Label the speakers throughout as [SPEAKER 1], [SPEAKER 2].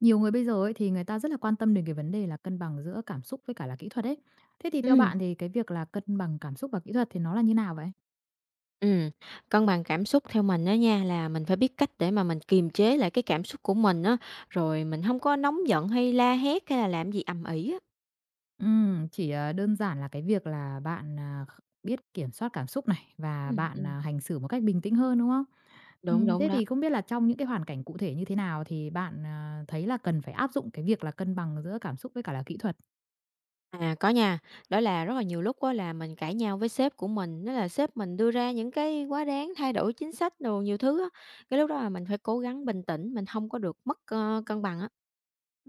[SPEAKER 1] Nhiều người bây giờ ấy thì người ta rất là quan tâm đến cái vấn đề là cân bằng giữa cảm xúc với cả là kỹ thuật ấy. Thế thì theo
[SPEAKER 2] Ừm,
[SPEAKER 1] bạn thì cái việc là cân bằng cảm xúc và kỹ thuật thì nó là như nào vậy?
[SPEAKER 2] ừm, cân bằng cảm xúc theo mình á nha, là mình phải biết cách để mà mình kiềm chế lại cái cảm xúc của mình á, rồi mình hông có nóng giận hay la hét hay là làm gì ầm ĩ á.
[SPEAKER 1] Chỉ, đơn giản là cái việc là bạn, à, kh biết kiểm soát cảm xúc này và
[SPEAKER 2] Ừm,
[SPEAKER 1] bạn,
[SPEAKER 2] ừm,
[SPEAKER 1] hành xử một cách bình tĩnh hơn, đúng không?
[SPEAKER 2] đúng, đúng
[SPEAKER 1] Thế
[SPEAKER 2] đó.
[SPEAKER 1] thì không biết là trong những cái hoàn cảnh cụ thể như thế nào thì bạn, thấy là cần phải áp dụng cái việc là cân bằng giữa cảm xúc với cả là kỹ thuật?
[SPEAKER 2] À, có nha, đó là rất là nhiều lúc á là mình cãi nhau với sếp của mình, đó là sếp mình đưa ra những cái quá đáng, thay đổi chính sách đồ nhiều thứ á, cái lúc đó là mình phải cố gắng bình tĩnh, mình hông có được mất, cân bằng á.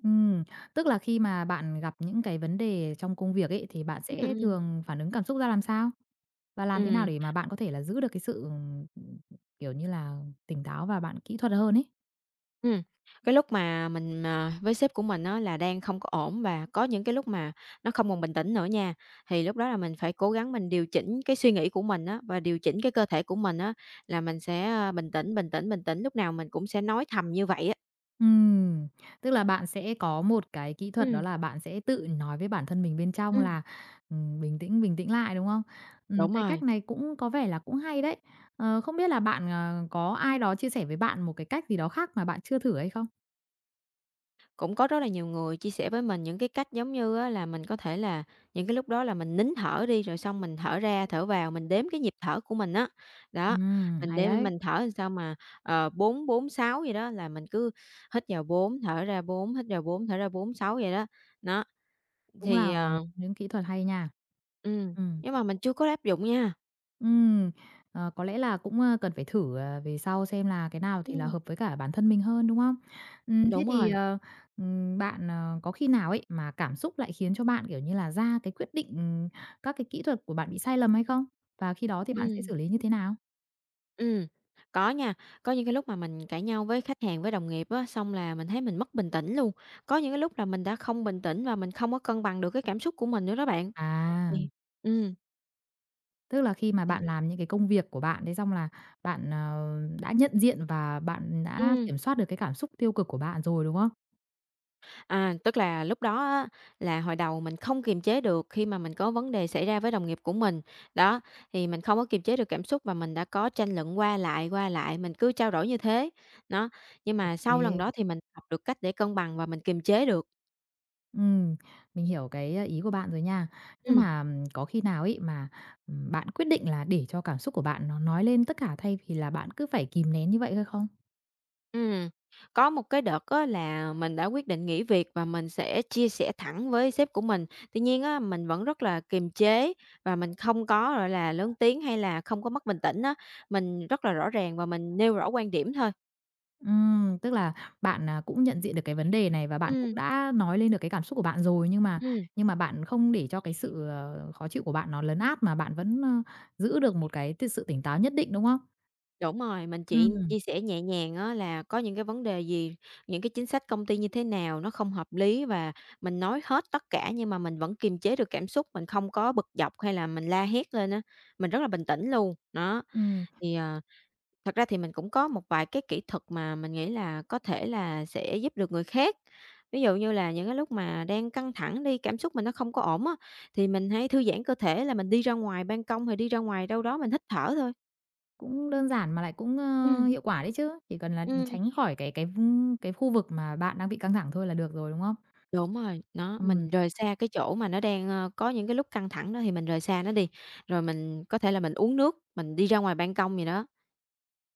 [SPEAKER 1] Ừm, tức là khi mà bạn gặp những cái vấn đề trong công việc ấy thì bạn
[SPEAKER 2] Ừm,
[SPEAKER 1] sẽ
[SPEAKER 2] ừm,
[SPEAKER 1] thường phản ứng cảm xúc ra làm sao? Và làm thế nào
[SPEAKER 2] ừm.
[SPEAKER 1] để mà bạn có thể là giữ được cái sự, kiểu như là, tỉnh táo và bạn kỹ thuật hơn ấy?
[SPEAKER 2] Ừm, cái lúc mà mình, với sếp của mình á là đang không có ổn và có những cái lúc mà nó không còn bình tĩnh nữa nha, thì lúc đó là mình phải cố gắng mình điều chỉnh cái suy nghĩ của mình á, và điều chỉnh cái cơ thể của mình á, là mình sẽ, bình tĩnh, bình tĩnh, bình tĩnh, lúc nào mình cũng sẽ nói thầm như vậy á.
[SPEAKER 1] Ừm, tức là bạn sẽ có một cái kỹ thuật đó
[SPEAKER 2] Ừm,
[SPEAKER 1] là bạn sẽ tự nói với bản thân mình bên trong
[SPEAKER 2] ừm,
[SPEAKER 1] là, bình tĩnh lại", đúng không?
[SPEAKER 2] đúng
[SPEAKER 1] Cái cách
[SPEAKER 2] rồi.
[SPEAKER 1] này cũng có vẻ là cũng hay đấy. Không biết là bạn, có ai đó chia sẻ với bạn một cái cách gì đó khác mà bạn chưa thử hay không?
[SPEAKER 2] Cũng có rất là nhiều người chia sẻ với mình những cái cách giống như á là mình có thể là những cái lúc đó là mình nín thở đi, rồi xong mình thở ra, thở vào, mình đếm cái nhịp thở của mình á. Đó, mình
[SPEAKER 1] Hay
[SPEAKER 2] đếm
[SPEAKER 1] đấy,
[SPEAKER 2] mình thở làm sao mà, bốn 4, 6 vậy đó, là mình cứ hít vào 4 thở ra 4 hít vào 4 thở ra 4 6 vậy đó. Đó,
[SPEAKER 1] cũng
[SPEAKER 2] thì,
[SPEAKER 1] là một
[SPEAKER 2] ờ
[SPEAKER 1] những kỹ thuật hay nha.
[SPEAKER 2] ừm,
[SPEAKER 1] Ừm.
[SPEAKER 2] nhưng mà mình chưa có áp dụng nha.
[SPEAKER 1] Ừm, có lẽ là cũng, cần phải thử, về sau xem là cái nào thì là
[SPEAKER 2] Ừm,
[SPEAKER 1] hợp với cả bản thân mình hơn, đúng không? Thế
[SPEAKER 2] đúng
[SPEAKER 1] thì,
[SPEAKER 2] rồi,
[SPEAKER 1] bạn, có khi nào ấy mà cảm xúc lại khiến cho bạn, kiểu như là, ra cái quyết định, các cái kỹ thuật của bạn bị sai lầm hay không? Và khi đó thì bạn sẽ
[SPEAKER 2] ừm.
[SPEAKER 1] xử lý như thế nào?
[SPEAKER 2] ừ có nha. Có những cái lúc mà mình cãi nhau với khách hàng, với đồng nghiệp á, xong là mình thấy mình mất bình tĩnh luôn. Có những cái lúc là mình đã không bình tĩnh và mình không có cân bằng được cái cảm xúc của mình nữa đó bạn.
[SPEAKER 1] À,
[SPEAKER 2] Thì ừ
[SPEAKER 1] tức là khi mà
[SPEAKER 2] thì
[SPEAKER 1] bạn làm những cái công việc của bạn, thế xong là bạn, đã nhận diện và bạn đã
[SPEAKER 2] Ừm,
[SPEAKER 1] kiểm soát được cái cảm xúc tiêu cực của bạn rồi, đúng không?
[SPEAKER 2] à, tức là lúc đó á, là hồi đầu mình không kiềm chế được khi mà mình có vấn đề xảy ra với đồng nghiệp của mình. Đó, thì mình không có kiềm chế được cảm xúc và mình đã có tranh luận qua lại, mình cứ trao đổi như thế. Đó, nhưng mà sau lần
[SPEAKER 1] Thế
[SPEAKER 2] đó thì mình học được cách để cân bằng và mình kiềm chế được.
[SPEAKER 1] Ừm, mình hiểu cái ý của bạn rồi nha. Nhưng
[SPEAKER 2] Ừm.
[SPEAKER 1] mà, có khi nào ấy mà, bạn quyết định là để cho cảm xúc của bạn nó nói lên tất cả thay vì là bạn cứ phải kìm nén như vậy hay không?
[SPEAKER 2] Ừm, có một cái đợt á là mình đã quyết định nghỉ việc và mình sẽ chia sẻ thẳng với sếp của mình. Tuy nhiên á, mình vẫn rất là kiềm chế và mình không có, gọi là, lớn tiếng hay là không có mất bình tĩnh á, mình rất là rõ ràng và mình nêu rõ quan điểm thôi.
[SPEAKER 1] Tức là bạn, cũng nhận diện được cái vấn đề này và bạn cũng
[SPEAKER 2] Ừm,
[SPEAKER 1] đã nói lên được cái cảm xúc của bạn rồi, nhưng mà
[SPEAKER 2] ừm,
[SPEAKER 1] bạn không để cho cái sự, khó chịu của bạn nó lấn át mà bạn vẫn, giữ được một cái sự tỉnh táo nhất định, đúng không?
[SPEAKER 2] đúng rồi, mình chỉ
[SPEAKER 1] Ừm,
[SPEAKER 2] chia sẻ nhẹ nhàng á là có những cái vấn đề gì, những cái chính sách công ty như thế nào nó không hợp lý và mình nói hết tất cả nhưng mà mình vẫn kiềm chế được cảm xúc, mình không có bực dọc hay là mình la hét lên á, mình rất là bình tĩnh luôn. Đó,
[SPEAKER 1] ừm.
[SPEAKER 2] thì, ờ Thật ra thì mình cũng có một vài cái kỹ thuật mà mình nghĩ là có thể là sẽ giúp được người khác. Ví dụ như là những cái lúc mà đang căng thẳng đi, cảm xúc mình nó không có ổn á, thì mình hãy thư giãn cơ thể là mình đi ra ngoài ban công, hay đi ra ngoài đâu đó mình hít thở thôi.
[SPEAKER 1] Cũng đơn giản mà lại cũng,
[SPEAKER 2] Ừm,
[SPEAKER 1] hiệu quả đấy chứ, chỉ cần là
[SPEAKER 2] ừm.
[SPEAKER 1] tránh khỏi cái cái khu vực mà bạn đang bị căng thẳng thôi là được rồi, đúng không?
[SPEAKER 2] Đúng rồi, nó
[SPEAKER 1] Ừm,
[SPEAKER 2] mình rời xa cái chỗ mà nó đang, có những cái lúc căng thẳng đó thì mình rời xa nó đi, rồi mình có thể là mình uống nước, mình đi ra ngoài ban công gì đó.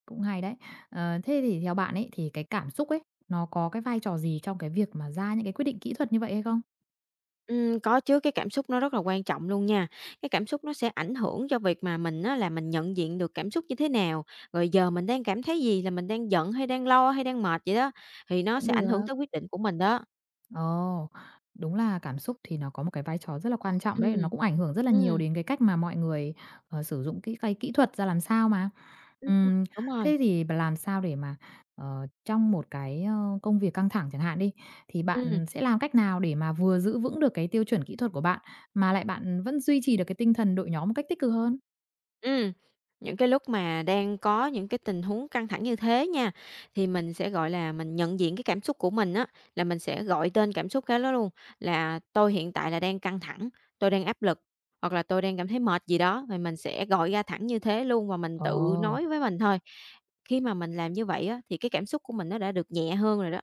[SPEAKER 1] cũng hay đấy. Thế thì theo bạn ấy, thì cái cảm xúc ấy, nó có cái vai trò gì trong cái việc mà ra những cái quyết định kỹ thuật như vậy hay không?
[SPEAKER 2] Có chứ, cái cảm xúc nó rất là quan trọng luôn nha. Cái cảm xúc nó sẽ ảnh hưởng cho việc mà mình á là mình nhận diện được cảm xúc như thế nào, rồi giờ mình đang cảm thấy gì, là mình đang giận hay đang lo hay đang mệt vậy đó, thì nó
[SPEAKER 1] Cũng
[SPEAKER 2] sẽ ảnh hưởng
[SPEAKER 1] được.
[SPEAKER 2] tới quyết định của mình đó.
[SPEAKER 1] Ồ, đúng là cảm xúc thì nó có một cái vai trò rất là quan trọng đấy, nó
[SPEAKER 2] Ừm,
[SPEAKER 1] cũng ảnh hưởng rất là nhiều
[SPEAKER 2] ừm,
[SPEAKER 1] đến cái cách mà mọi người, sử dụng cái kỹ thuật ra làm sao mà.
[SPEAKER 2] ừm,
[SPEAKER 1] Ừm,
[SPEAKER 2] đúng rồi,
[SPEAKER 1] thế thì bà làm sao để mà, trong một cái, công việc căng thẳng chẳng hạn đi, thì
[SPEAKER 2] ừm.
[SPEAKER 1] bạn sẽ làm cách nào để mà vừa giữ vững được cái tiêu chuẩn kỹ thuật của bạn, mà lại bạn vẫn duy trì được cái tinh thần đội nhóm một cách tích cực hơn?
[SPEAKER 2] Ừ, những cái lúc mà đang có những cái tình huống căng thẳng như thế nha, thì mình sẽ, gọi là, mình nhận diện cái cảm xúc của mình á, là mình sẽ gọi tên cảm xúc cái đó luôn, là "Tôi hiện tại là đang căng thẳng, tôi đang áp lực, hoặc là tôi đang cảm thấy mệt" gì đó, và mình sẽ gọi ra thẳng như thế luôn và mình
[SPEAKER 1] Ờ.
[SPEAKER 2] tự nói với mình thôi. Khi mà mình làm như vậy á, thì cái cảm xúc của mình nó đã được nhẹ hơn rồi đó.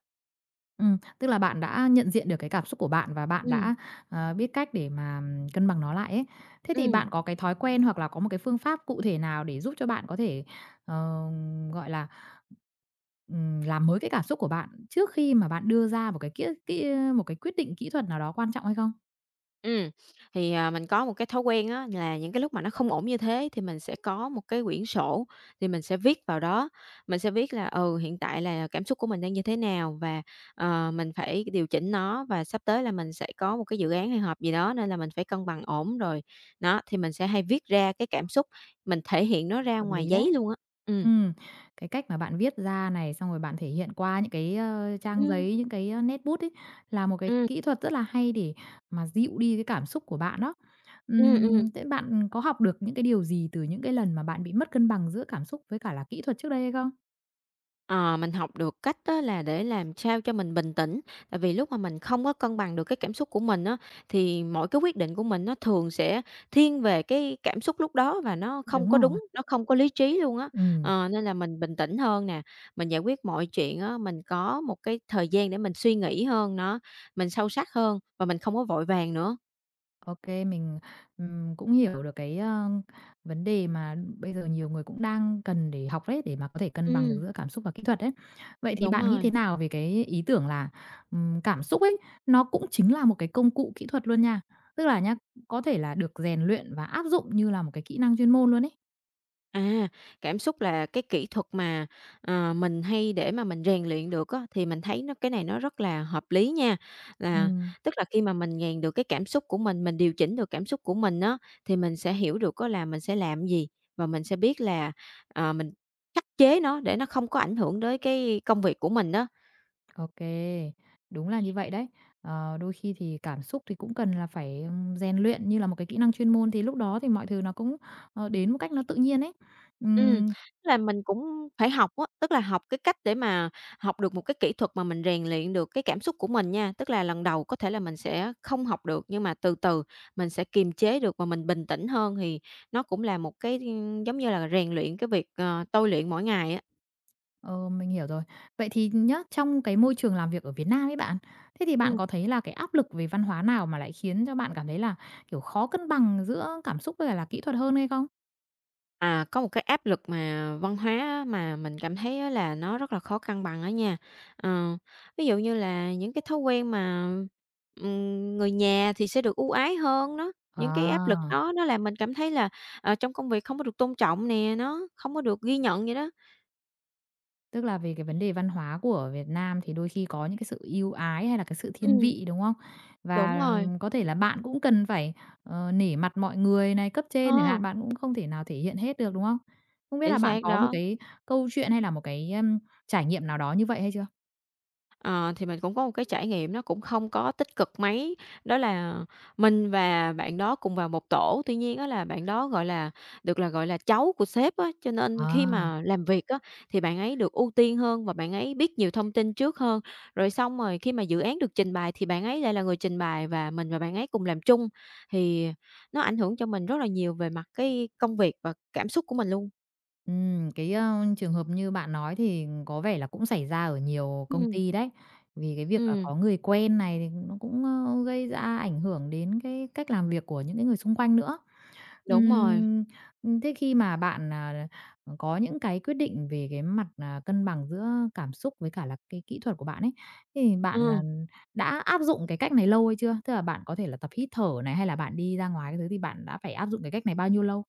[SPEAKER 1] Tức là bạn đã nhận diện được cái cảm xúc của bạn và bạn
[SPEAKER 2] Ừ,
[SPEAKER 1] đã, biết cách để mà, cân bằng nó lại ấy. Thế thì
[SPEAKER 2] ừ.
[SPEAKER 1] bạn có cái thói quen hoặc là có một cái phương pháp cụ thể nào để giúp cho bạn có thể, ờ, gọi là, làm mới cái cảm xúc của bạn trước khi mà bạn đưa ra một cái kĩa kĩ một cái quyết định kỹ thuật nào đó quan trọng hay không?
[SPEAKER 2] Ừ thì, mình có một cái thói quen á là những cái lúc mà nó không ổn như thế thì mình sẽ có một cái quyển sổ, thì mình sẽ viết vào đó. Mình sẽ viết là, hiện tại là cảm xúc của mình đang như thế nào và, mình phải điều chỉnh nó và sắp tới là mình sẽ có một cái dự án hay họp gì đó nên là mình phải cân bằng ổn rồi. Đó, thì mình sẽ hay viết ra cái cảm xúc, mình thể hiện nó ra
[SPEAKER 1] Hợp
[SPEAKER 2] ngoài
[SPEAKER 1] lý đấy.
[SPEAKER 2] giấy luôn á. Ừ,
[SPEAKER 1] Ừm, cái cách mà bạn viết ra này, xong rồi bạn thể hiện qua những cái,
[SPEAKER 2] ừ,
[SPEAKER 1] trang giấy, những cái, nét bút ấy, là một cái
[SPEAKER 2] ừ,
[SPEAKER 1] kỹ thuật rất là hay để mà dịu đi cái cảm xúc của bạn đó.
[SPEAKER 2] ừ, ừm.
[SPEAKER 1] Thế bạn có học được những cái điều gì từ những cái lần mà bạn bị mất cân bằng giữa cảm xúc với cả là kỹ thuật trước đây hay không?
[SPEAKER 2] Ờ, mình học được cách á là để làm sao cho mình bình tĩnh, tại vì lúc mà mình không có cân bằng được cái cảm xúc của mình á, thì mỗi cái quyết định của mình nó thường sẽ thiên về cái cảm xúc lúc đó và nó không
[SPEAKER 1] Đúng
[SPEAKER 2] có
[SPEAKER 1] rồi.
[SPEAKER 2] đúng, nó không có lý trí luôn á.
[SPEAKER 1] Ừ.
[SPEAKER 2] Ờ, nên là mình bình tĩnh hơn nè, mình giải quyết mọi chuyện á, mình có một cái thời gian để mình suy nghĩ hơn nó, mình sâu sắc hơn và mình không có vội vàng nữa.
[SPEAKER 1] OK, mình, cũng hiểu được cái, vấn đề mà bây giờ nhiều người cũng đang cần để học đấy, để mà có thể cân bằng được
[SPEAKER 2] Ừm,
[SPEAKER 1] giữa cảm xúc và kỹ thuật đấy. Vậy thì
[SPEAKER 2] đúng
[SPEAKER 1] bạn nghĩ thế
[SPEAKER 2] rồi.
[SPEAKER 1] nào về cái ý tưởng là, cảm xúc ấy, nó cũng chính là một cái công cụ kỹ thuật luôn nha? Tức là nhá, có thể là được rèn luyện và áp dụng như là một cái kỹ năng chuyên môn luôn ấy.
[SPEAKER 2] À, cảm xúc là cái kỹ thuật mà, mình hay để mà mình rèn luyện được á, thì mình thấy nó cái này nó rất là hợp lý nha. Là tức là khi mà mình rèn được cái cảm xúc của mình điều chỉnh được cảm xúc của mình á, thì mình sẽ hiểu được có là mình sẽ làm gì và mình sẽ biết là, mình khắc chế nó để nó không có ảnh hưởng tới cái công việc của mình đó.
[SPEAKER 1] OK, đúng là như vậy đấy. Đôi khi thì cảm xúc thì cũng cần là phải, rèn luyện như là một cái kỹ năng chuyên môn thì lúc đó thì mọi thứ nó cũng, đến một cách nó tự nhiên ấy.
[SPEAKER 2] Ừm,
[SPEAKER 1] Ừm,
[SPEAKER 2] tức là mình cũng phải học á, tức là học cái cách để mà học được một cái kỹ thuật mà mình rèn luyện được cái cảm xúc của mình nha. Tức là lần đầu có thể là mình sẽ không học được, nhưng mà từ từ mình sẽ kiềm chế được và mình bình tĩnh hơn, thì nó cũng là một cái, giống như là, rèn luyện cái việc, tôi luyện mỗi ngày á.
[SPEAKER 1] ờ, mình hiểu rồi. Vậy thì nhá, trong cái môi trường làm việc ở Việt Nam ấy bạn, thế thì bạn có thấy là cái áp lực về văn hóa nào mà lại khiến cho bạn cảm thấy là, kiểu, khó cân bằng giữa cảm xúc với cả là kỹ thuật hơn hay không?
[SPEAKER 2] À, có một cái áp lực mà văn hóa á, mà mình cảm thấy á là nó rất là khó cân bằng đó nha. Ờ, ví dụ như là những cái thói quen mà, người nhà thì sẽ được ưu ái hơn đó, những cái áp lực
[SPEAKER 1] À.
[SPEAKER 2] đó nó làm mình cảm thấy là, trong công việc không có được tôn trọng nè, nó không có được ghi nhận vậy đó.
[SPEAKER 1] Tức là về cái vấn đề văn hóa của Việt Nam thì đôi khi có những cái sự ưu ái hay là cái sự thiên
[SPEAKER 2] Ừm,
[SPEAKER 1] vị, đúng không?
[SPEAKER 2] đúng
[SPEAKER 1] Và
[SPEAKER 2] rồi,
[SPEAKER 1] có thể là bạn cũng cần phải, nể mặt mọi người này, cấp
[SPEAKER 2] ờ,
[SPEAKER 1] trên chẳng hạn, bạn cũng không thể nào thể hiện hết được, đúng không? Không biết là
[SPEAKER 2] chính
[SPEAKER 1] bạn
[SPEAKER 2] xác
[SPEAKER 1] có một
[SPEAKER 2] đó.
[SPEAKER 1] cái câu chuyện hay là một cái, trải nghiệm nào đó như vậy hay chưa?
[SPEAKER 2] Ờ, thì mình cũng có một cái trải nghiệm nó cũng không có tích cực mấy, đó là mình và bạn đó cùng vào một tổ. Tuy nhiên á là bạn đó, gọi là, được là, gọi là, cháu của sếp á, cho nên khi
[SPEAKER 1] À.
[SPEAKER 2] mà làm việc á, thì bạn ấy được ưu tiên hơn và bạn ấy biết nhiều thông tin trước hơn. Rồi xong rồi khi mà dự án được trình bày thì bạn ấy lại là người trình bày và mình và bạn ấy cùng làm chung, thì nó ảnh hưởng cho mình rất là nhiều về mặt cái công việc và cảm xúc của mình luôn.
[SPEAKER 1] Cái, trường hợp như bạn nói thì có vẻ là cũng xảy ra ở nhiều công
[SPEAKER 2] Ừm,
[SPEAKER 1] ty đấy. Vì cái việc là
[SPEAKER 2] ừm,
[SPEAKER 1] có người quen này thì nó cũng, gây ra ảnh hưởng đến cái cách làm việc của những cái người xung quanh nữa.
[SPEAKER 2] đúng rồi.
[SPEAKER 1] Ừm, thế khi mà bạn, có những cái quyết định về cái mặt, cân bằng giữa cảm xúc với cả là cái kỹ thuật của bạn ấy, thì
[SPEAKER 2] Ờ.
[SPEAKER 1] bạn, đã áp dụng cái cách này lâu hay chưa? Tức là bạn có thể là tập hít thở này, hay là bạn đi ra ngoài cái thứ thì bạn đã phải áp dụng cái cách này bao nhiêu lâu?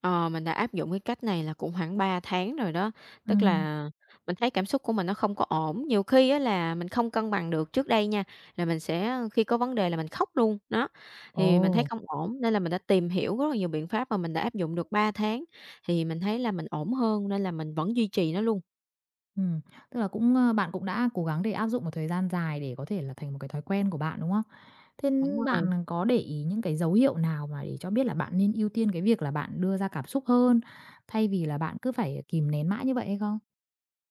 [SPEAKER 2] Ờ, mình đã áp dụng cái cách này là cũng khoảng 3 tháng rồi đó,
[SPEAKER 1] Ừ,
[SPEAKER 2] tức là mình thấy cảm xúc của mình nó không có ổn, nhiều khi á là mình không cân bằng được. Trước đây nha, là mình sẽ khi có vấn đề là mình khóc luôn, đó, thì mình thấy
[SPEAKER 1] ồ.
[SPEAKER 2] không ổn nên là mình đã tìm hiểu rất là nhiều biện pháp và mình đã áp dụng được 3 tháng, thì mình thấy là mình ổn hơn nên là mình vẫn duy trì nó luôn.
[SPEAKER 1] Ừm, tức là cũng, bạn cũng đã cố gắng để áp dụng một thời gian dài để có thể là thành một cái thói quen của bạn, đúng không? Thế
[SPEAKER 2] Đúng rồi.
[SPEAKER 1] bạn có để ý những cái dấu hiệu nào mà để cho biết là bạn nên ưu tiên cái việc là bạn đưa ra cảm xúc hơn, thay vì là bạn cứ phải kìm nén mãi như vậy hay không?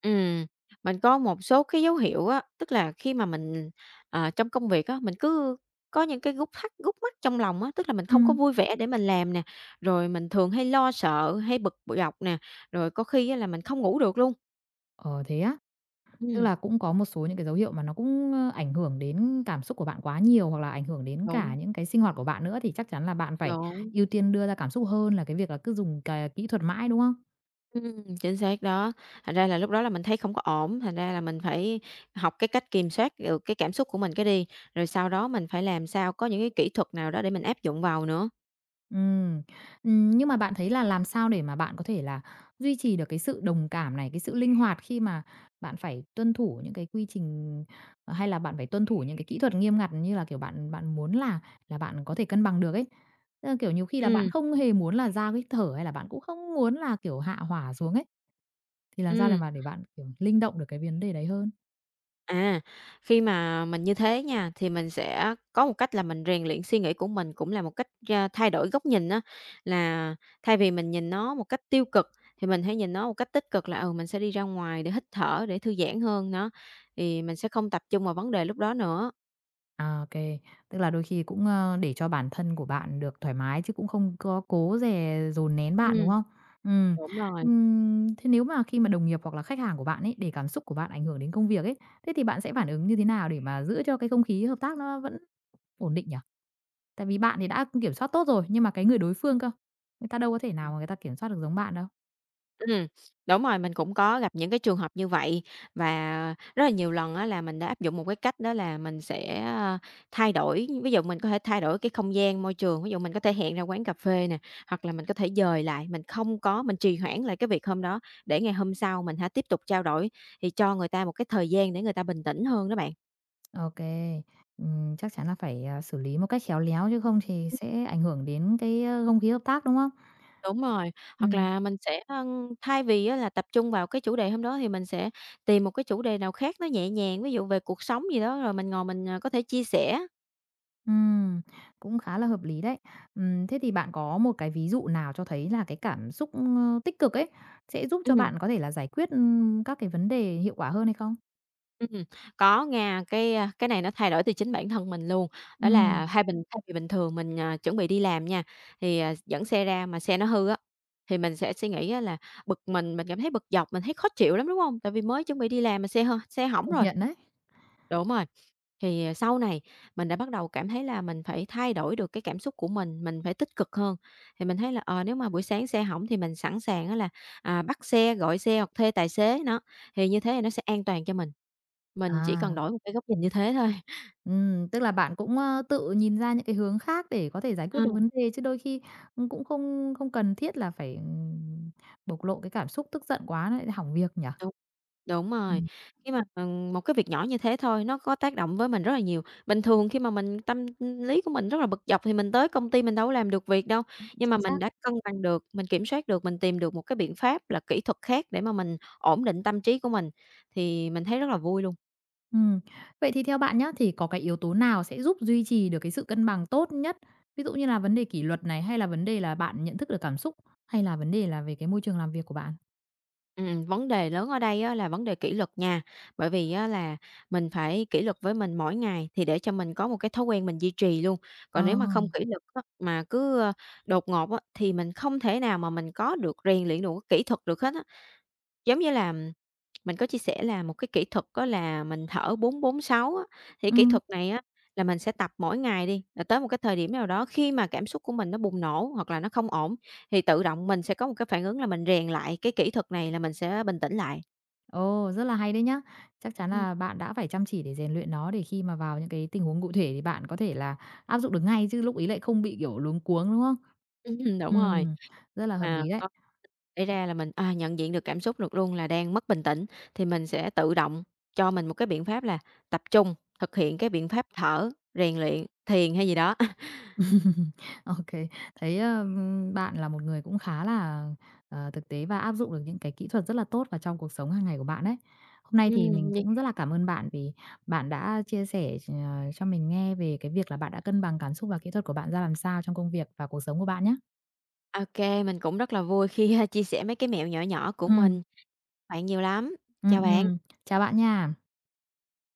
[SPEAKER 2] Ừm, mình có một số cái dấu hiệu á, tức là khi mà mình, trong công việc á, mình cứ có những cái gút thắt, khúc mắc trong lòng á, tức là mình không có
[SPEAKER 1] Ừm.
[SPEAKER 2] vui vẻ để mình làm nè, rồi mình thường hay lo sợ, hay bực dọc nè, rồi có khi á là mình không ngủ được luôn.
[SPEAKER 1] Ờ, thế á? Tức
[SPEAKER 2] Ừm,
[SPEAKER 1] là cũng có một số những cái dấu hiệu mà nó cũng, ảnh hưởng đến cảm xúc của bạn quá nhiều, hoặc là ảnh hưởng đến cả
[SPEAKER 2] đúng,
[SPEAKER 1] những cái sinh hoạt của bạn nữa, thì chắc chắn là bạn phải
[SPEAKER 2] đúng,
[SPEAKER 1] ưu tiên đưa ra cảm xúc hơn là cái việc là cứ dùng cái kỹ thuật mãi, đúng không?
[SPEAKER 2] ừm, chính xác đó. Thành ra là lúc đó là mình thấy không có ổn, thành ra là mình phải học cái cách kiểm soát được cái cảm xúc của mình cái đi, rồi sau đó mình phải làm sao có những cái kỹ thuật nào đó để mình áp dụng vào nữa.
[SPEAKER 1] Ừm, nhưng mà bạn thấy là làm sao để mà bạn có thể là duy trì được cái sự đồng cảm này, cái sự linh hoạt khi mà bạn phải tuân thủ những cái quy trình, hay là bạn phải tuân thủ những cái kỹ thuật nghiêm ngặt như là, kiểu, bạn bạn muốn là bạn có thể cân bằng được ấy? Tức là, kiểu, nhiều khi là bạn
[SPEAKER 2] Ừm,
[SPEAKER 1] không hề muốn là ra cái thở hay là bạn cũng không muốn là, kiểu, hạ hỏa xuống ấy, thì làm sao để
[SPEAKER 2] ừm.
[SPEAKER 1] mà để bạn, kiểu, linh động được cái vấn đề đấy hơn?
[SPEAKER 2] À, khi mà mình như thế nha, thì mình sẽ có một cách là mình rèn luyện suy nghĩ của mình, cũng là một cách ra thay đổi góc nhìn á. Là thay vì mình nhìn nó một cách tiêu cực, thì mình hãy nhìn nó một cách tích cực là, ừ, mình sẽ đi ra ngoài để hít thở, để thư giãn hơn, đó, thì mình sẽ không tập trung vào vấn đề lúc đó nữa.
[SPEAKER 1] À, ô. Tức là đôi khi cũng, để cho bản thân của bạn được thoải mái chứ cũng không có cố dè dồn nén bạn, đúng
[SPEAKER 2] Ừm,
[SPEAKER 1] không? Ừm.
[SPEAKER 2] đúng rồi.
[SPEAKER 1] Thế nếu mà khi mà đồng nghiệp hoặc là khách hàng của bạn ấy, để cảm xúc của bạn ảnh hưởng đến công việc ấy, thế thì bạn sẽ phản ứng như thế nào để mà giữ cho cái không khí hợp tác nó vẫn ổn định nhỉ? Tại vì bạn thì đã kiểm soát tốt rồi, nhưng mà cái người đối phương cơ, người ta đâu có thể nào mà người ta kiểm soát được giống bạn đâu.
[SPEAKER 2] Ừm, đúng rồi, mình cũng có gặp những cái trường hợp như vậy và rất là nhiều lần á là mình đã áp dụng một cái cách đó là mình sẽ thay đổi, ví dụ mình có thể thay đổi cái không gian, môi trường, ví dụ mình có thể hẹn ra quán cà phê nè, hoặc là mình có thể dời lại, mình không có mình trì hoãn lại cái việc hôm đó để ngày hôm sau mình hả tiếp tục trao đổi, thì cho người ta một cái thời gian để người ta bình tĩnh hơn đó bạn.
[SPEAKER 1] OK, ừm, chắc chắn là phải, xử lý một cách khéo léo chứ không thì sẽ ảnh hưởng đến cái, không khí hợp tác, đúng không?
[SPEAKER 2] Đúng rồi, hoặc
[SPEAKER 1] Ừm.
[SPEAKER 2] là mình sẽ, thay vì á là tập trung vào cái chủ đề hôm đó thì mình sẽ tìm một cái chủ đề nào khác nó nhẹ nhàng, ví dụ về cuộc sống gì đó rồi mình ngồi mình, ờ, có thể chia sẻ.
[SPEAKER 1] Ừm, cũng khá là hợp lý đấy. Thế thì bạn có một cái ví dụ nào cho thấy là cái cảm xúc, tích cực ấy, sẽ giúp cho
[SPEAKER 2] Ừm,
[SPEAKER 1] bạn có thể là giải quyết, các cái vấn đề hiệu quả hơn hay không?
[SPEAKER 2] ừm, có nha, cái này nó thay đổi từ chính bản thân mình luôn. Đó
[SPEAKER 1] Ừm,
[SPEAKER 2] là thay vì bình thường mình chuẩn bị đi làm nha, thì dẫn xe ra mà xe nó hư á, thì mình sẽ suy nghĩ á là bực mình cảm thấy bực dọc, mình thấy khó chịu lắm, đúng không? Tại vì mới chuẩn bị đi làm mà xe hư xe hỏng
[SPEAKER 1] công
[SPEAKER 2] rồi.
[SPEAKER 1] nhận đấy.
[SPEAKER 2] Đúng rồi. Thì, ờ, sau này mình đã bắt đầu cảm thấy là mình phải thay đổi được cái cảm xúc của mình phải tích cực hơn. Thì mình thấy là, ờ, nếu mà buổi sáng xe hỏng thì mình sẵn sàng á là bắt xe, gọi xe hoặc thuê tài xế, nó, thì như thế thì nó sẽ an toàn cho mình. Mình chỉ cần
[SPEAKER 1] À,
[SPEAKER 2] đổi một cái góc nhìn như thế thôi.
[SPEAKER 1] tức là bạn cũng, tự nhìn ra những cái hướng khác để có thể giải quyết được vấn đề, chứ đôi khi, cũng không không cần thiết là phải, bộc lộ cái cảm xúc tức giận quá lại hỏng việc nhỉ?
[SPEAKER 2] Ờ. Đúng rồi,
[SPEAKER 1] Ừm,
[SPEAKER 2] khi mà, một cái việc nhỏ như thế thôi nó có tác động với mình rất là nhiều. Bình thường khi mà tâm lý của mình rất là bực dọc thì mình tới công ty mình đâu có làm được việc đâu, nhưng mà
[SPEAKER 1] chính
[SPEAKER 2] mình
[SPEAKER 1] xác.
[SPEAKER 2] đã cân bằng được, mình kiểm soát được, mình tìm được một cái biện pháp là kỹ thuật khác để mà mình ổn định tâm trí của mình, thì mình thấy rất là vui luôn.
[SPEAKER 1] Ừm. Vậy thì theo bạn nhá, thì có cái yếu tố nào sẽ giúp duy trì được cái sự cân bằng tốt nhất? Ví dụ như là vấn đề kỷ luật này, hay là vấn đề là bạn nhận thức được cảm xúc, hay là vấn đề là về cái môi trường làm việc của bạn?
[SPEAKER 2] Vấn đề lớn ở đây á là vấn đề kỷ luật nha, bởi vì á là mình phải kỷ luật với mình mỗi ngày thì để cho mình có một cái thói quen mình duy trì luôn.
[SPEAKER 1] Ờ.
[SPEAKER 2] Còn nếu mà không kỷ luật á, mà cứ đột ngột á, thì mình không thể nào mà mình có được rèn luyện được cái kỹ thuật được hết á. Giống như là mình có chia sẻ là một cái kỹ thuật á là mình thở 4-4-6 á, thì kỹ
[SPEAKER 1] Ừm,
[SPEAKER 2] thuật này á là mình sẽ tập mỗi ngày đi, là tới một cái thời điểm nào đó khi mà cảm xúc của mình nó bùng nổ hoặc là nó không ổn thì tự động mình sẽ có một cái phản ứng là mình rèn lại cái kỹ thuật này là mình sẽ bình tĩnh lại.
[SPEAKER 1] ồ, rất là hay đấy nhá. Chắc chắn
[SPEAKER 2] Ừm,
[SPEAKER 1] là bạn đã phải chăm chỉ để rèn luyện nó để khi mà vào những cái tình huống cụ thể thì bạn có thể là áp dụng được ngay chứ lúc ấy lại không bị, kiểu, luống cuống, đúng không?
[SPEAKER 2] đúng rồi.
[SPEAKER 1] Ừm, rất là hợp
[SPEAKER 2] Mà
[SPEAKER 1] lý đấy.
[SPEAKER 2] có xảy ra là mình nhận diện được cảm xúc được luôn là đang mất bình tĩnh thì mình sẽ tự động cho mình một cái biện pháp là tập trung, thực hiện cái biện pháp thở, rèn luyện, thiền hay gì đó.
[SPEAKER 1] OK. Thấy, bạn là một người cũng khá là, thực tế và áp dụng được những cái kỹ thuật rất là tốt vào trong cuộc sống hàng ngày của bạn đấy. Hôm nay thì mình
[SPEAKER 2] Ừm,
[SPEAKER 1] cũng rất là cảm ơn bạn vì bạn đã chia sẻ cho mình nghe về cái việc là bạn đã cân bằng cảm xúc và kỹ thuật của bạn ra làm sao trong công việc và cuộc sống của bạn nhé.
[SPEAKER 2] OK, mình cũng rất là vui chia sẻ mấy cái mẹo nhỏ nhỏ của
[SPEAKER 1] Ừ,
[SPEAKER 2] mình. Bạn nhiều lắm. Chào bạn.
[SPEAKER 1] ừm. Chào bạn nha.